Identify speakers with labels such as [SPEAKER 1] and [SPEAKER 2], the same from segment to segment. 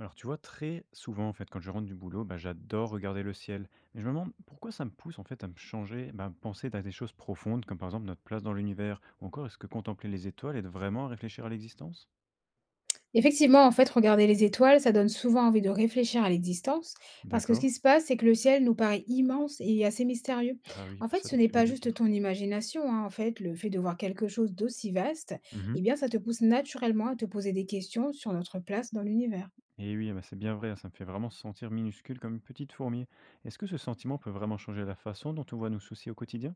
[SPEAKER 1] Alors tu vois, très souvent en fait, quand je rentre du boulot, bah, j'adore regarder le ciel. Mais je me demande pourquoi ça me pousse en fait à me changer, bah, à penser à des choses profondes, comme par exemple notre place dans l'univers, ou encore est-ce que contempler les étoiles aide vraiment à réfléchir à l'existence?
[SPEAKER 2] Effectivement, en fait, regarder les étoiles, ça donne souvent envie de réfléchir à l'existence, parce que ce
[SPEAKER 1] D'accord.
[SPEAKER 2] qui se passe, c'est que le ciel nous paraît immense et assez mystérieux.
[SPEAKER 1] Ah oui,
[SPEAKER 2] En
[SPEAKER 1] bah
[SPEAKER 2] fait,
[SPEAKER 1] ça
[SPEAKER 2] ce
[SPEAKER 1] tu
[SPEAKER 2] n'est
[SPEAKER 1] fais bien
[SPEAKER 2] pas
[SPEAKER 1] de le
[SPEAKER 2] juste
[SPEAKER 1] dire.
[SPEAKER 2] ton imagination, hein, en fait, le fait de voir quelque chose d'aussi vaste,
[SPEAKER 1] Mhm.
[SPEAKER 2] eh bien, ça te pousse naturellement à te poser des questions sur notre place dans l'univers.
[SPEAKER 1] Et oui, ah bah, c'est bien vrai, hein, ça me fait vraiment se sentir minuscule comme une petite fourmi. Est-ce que ce sentiment peut vraiment changer la façon dont on voit nos soucis au quotidien?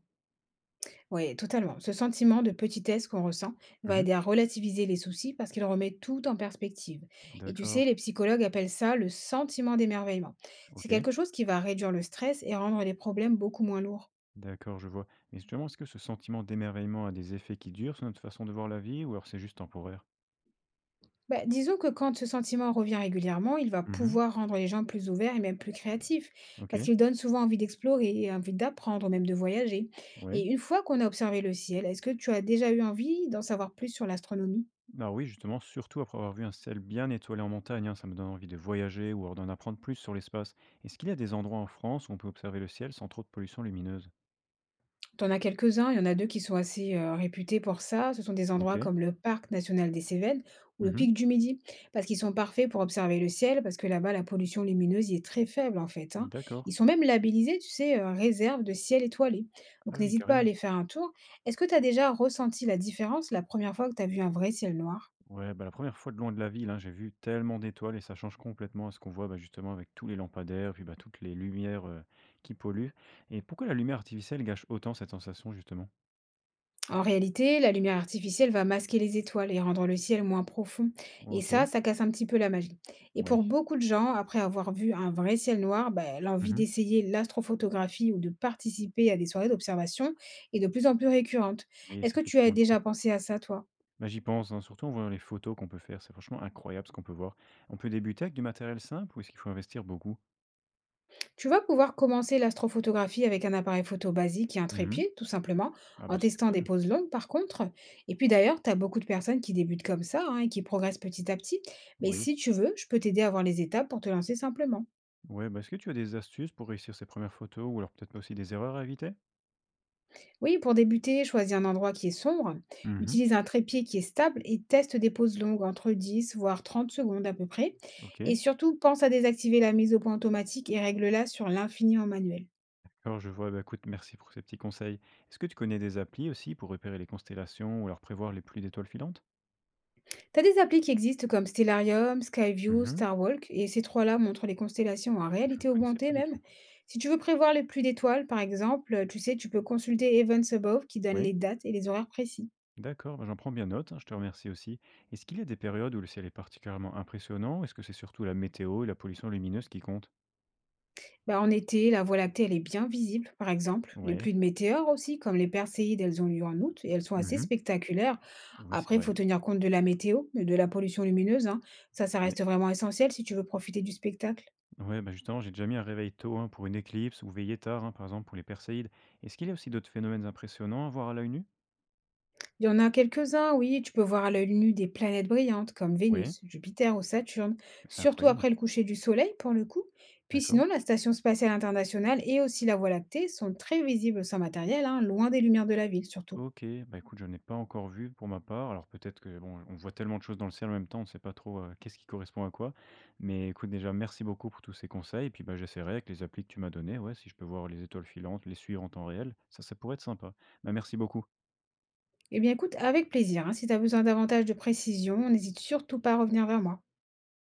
[SPEAKER 2] Oui, totalement. Ce sentiment de petitesse qu'on ressent va
[SPEAKER 1] Mhm.
[SPEAKER 2] aider à relativiser les soucis parce qu'il remet tout en perspective. Et tu
[SPEAKER 1] D'accord,
[SPEAKER 2] sais, les psychologues appellent ça le sentiment d'émerveillement. C'est
[SPEAKER 1] ok,
[SPEAKER 2] quelque chose qui va réduire le stress et rendre les problèmes beaucoup moins lourds.
[SPEAKER 1] d'accord, je vois. Mais justement, est-ce que ce sentiment d'émerveillement a des effets qui durent sur notre façon de voir la vie, ou alors c'est juste temporaire?
[SPEAKER 2] Bah, disons que quand ce sentiment revient régulièrement, il va
[SPEAKER 1] Mmh.
[SPEAKER 2] pouvoir rendre les gens plus ouverts et même plus créatifs, parce
[SPEAKER 1] OK,
[SPEAKER 2] qu'il donne souvent envie d'explorer, et envie d'apprendre, même de voyager. Et
[SPEAKER 1] ouais.
[SPEAKER 2] une fois qu'on a observé le ciel, est-ce que tu as déjà eu envie d'en savoir plus sur l'astronomie?
[SPEAKER 1] Alors oui, justement, surtout après avoir vu un ciel bien étoilé en montagne, hein, ça me donne envie de voyager ou alors d'en apprendre plus sur l'espace. Est-ce qu'il y a des endroits en France où on peut observer le ciel sans trop de pollution lumineuse?
[SPEAKER 2] T'en as quelques-uns, il y en a 2 qui sont assez, réputés pour ça. Ce sont des endroits
[SPEAKER 1] OK.
[SPEAKER 2] comme le parc national des Cévennes ou le
[SPEAKER 1] Mmh.
[SPEAKER 2] pic du Midi, parce qu'ils sont parfaits pour observer le ciel, parce que là-bas, la pollution lumineuse y est très faible, en fait, hein.
[SPEAKER 1] D'accord.
[SPEAKER 2] Ils sont même labellisés, tu sais, réserve de ciel étoilé.
[SPEAKER 1] Ah
[SPEAKER 2] Donc
[SPEAKER 1] oui,
[SPEAKER 2] n'hésite pas à
[SPEAKER 1] carrément.
[SPEAKER 2] aller faire un tour. Est-ce que tu as déjà ressenti la différence la première fois que tu as vu un vrai ciel noir?
[SPEAKER 1] Ouais, bah, la première fois de loin de la ville, hein, j'ai vu tellement d'étoiles et ça change complètement à ce qu'on voit, bah, justement avec tous les lampadaires puis, bah, toutes les lumières, qui polluent. Et pourquoi la lumière artificielle gâche autant cette sensation justement?
[SPEAKER 2] En réalité, la lumière artificielle va masquer les étoiles et rendre le ciel moins profond. Et ça,
[SPEAKER 1] OK.
[SPEAKER 2] ça casse un petit peu la magie. Et
[SPEAKER 1] Oui.
[SPEAKER 2] pour beaucoup de gens, après avoir vu un vrai ciel noir, ben, l'envie
[SPEAKER 1] Mmh.
[SPEAKER 2] d'essayer l'astrophotographie ou de participer à des soirées d'observation est de plus en plus récurrente.
[SPEAKER 1] Oui,
[SPEAKER 2] Est-ce
[SPEAKER 1] c'est
[SPEAKER 2] que tu as
[SPEAKER 1] effectivement le
[SPEAKER 2] déjà
[SPEAKER 1] cas.
[SPEAKER 2] pensé à ça, toi?
[SPEAKER 1] Bah, j'y pense, hein, surtout en voyant les photos qu'on peut faire, c'est franchement incroyable ce qu'on peut voir. On peut débuter avec du matériel simple ou est-ce qu'il faut investir beaucoup?
[SPEAKER 2] Tu vas pouvoir commencer l'astrophotographie avec un appareil photo basique et un
[SPEAKER 1] Mhm.
[SPEAKER 2] trépied, tout simplement,
[SPEAKER 1] Ah
[SPEAKER 2] en
[SPEAKER 1] bah c'est
[SPEAKER 2] testant des
[SPEAKER 1] cool.
[SPEAKER 2] poses longues par contre. Et puis d'ailleurs, tu as beaucoup de personnes qui débutent comme ça hein, et qui progressent petit à petit. Mais
[SPEAKER 1] Oui.
[SPEAKER 2] si tu veux, je peux t'aider à voir les étapes pour te lancer simplement.
[SPEAKER 1] Ouais, bah est-ce que tu as des astuces pour réussir ces premières photos ou alors peut-être pas aussi des erreurs à éviter?
[SPEAKER 2] Oui, pour débuter, choisis un endroit qui est sombre,
[SPEAKER 1] Mhm.
[SPEAKER 2] utilise un trépied qui est stable et teste des poses longues entre 10 voire 30 secondes à peu près. Et
[SPEAKER 1] Ok.
[SPEAKER 2] surtout, pense à désactiver la mise au point automatique et règle-la sur l'infini en manuel.
[SPEAKER 1] Alors je vois, bah écoute, merci pour ces petits conseils. Est-ce que tu connais des applis aussi pour repérer les constellations ou alors prévoir les pluies d'étoiles filantes?
[SPEAKER 2] T'as des applis qui existent comme Stellarium, Skyview,
[SPEAKER 1] Mhm.
[SPEAKER 2] Starwalk, et ces trois-là montrent les constellations en
[SPEAKER 1] Je
[SPEAKER 2] réalité
[SPEAKER 1] connaissais pas
[SPEAKER 2] augmentée
[SPEAKER 1] du tout.
[SPEAKER 2] même. Si tu veux prévoir les pluies d'étoiles, par exemple, tu sais, tu peux consulter Events Above qui donne
[SPEAKER 1] Oui.
[SPEAKER 2] les dates et les horaires précis.
[SPEAKER 1] D'accord, bah, j'en prends bien note, hein, je te remercie aussi. Est-ce qu'il y a des périodes où le ciel est particulièrement impressionnant ou est-ce que c'est surtout la météo et la pollution lumineuse qui comptent?
[SPEAKER 2] Bah, en été, la Voie lactée, elle est bien visible, par exemple. Les
[SPEAKER 1] Ouais.
[SPEAKER 2] pluies de météores aussi, comme les Perséides, elles ont lieu en août et elles sont assez
[SPEAKER 1] Mhm.
[SPEAKER 2] spectaculaires.
[SPEAKER 1] Oui, c'est
[SPEAKER 2] Après, il
[SPEAKER 1] vrai.
[SPEAKER 2] faut tenir compte de la météo, de la pollution lumineuse, hein. Ça
[SPEAKER 1] Ouais.
[SPEAKER 2] reste vraiment essentiel si tu veux profiter du spectacle.
[SPEAKER 1] Ouais, bah justement, j'ai déjà mis un réveil tôt hein, pour une éclipse ou veillé tard, hein, par exemple pour les Perséides. Est-ce qu'il y a aussi d'autres phénomènes impressionnants à voir à l'œil nu?
[SPEAKER 2] Il y en a quelques-uns, oui, tu peux voir à l'œil nu des planètes brillantes comme
[SPEAKER 1] Oui,
[SPEAKER 2] Vénus, Jupiter ou Saturne,
[SPEAKER 1] mais c'est
[SPEAKER 2] surtout
[SPEAKER 1] incroyable.
[SPEAKER 2] après le coucher du Soleil pour le coup. Puis
[SPEAKER 1] D'accord.
[SPEAKER 2] sinon, la Station spatiale internationale et aussi la Voie lactée sont très visibles sans matériel, hein, loin des lumières de la ville surtout.
[SPEAKER 1] OK, bah, écoute, je n'ai pas encore vu pour ma part. Alors peut-être que bon, on voit tellement de choses dans le ciel en même temps, on ne sait pas trop, qu'est-ce qui correspond à quoi. Mais écoute, déjà merci beaucoup pour tous ces conseils, et puis, bah, j'essaierai avec les applis que tu m'as données, ouais, si je peux voir les étoiles filantes, les suivre en temps réel, ça pourrait être sympa. Bah, merci beaucoup.
[SPEAKER 2] Eh bien écoute, avec plaisir, hein, si tu as besoin davantage de précision, n'hésite surtout pas à revenir vers moi.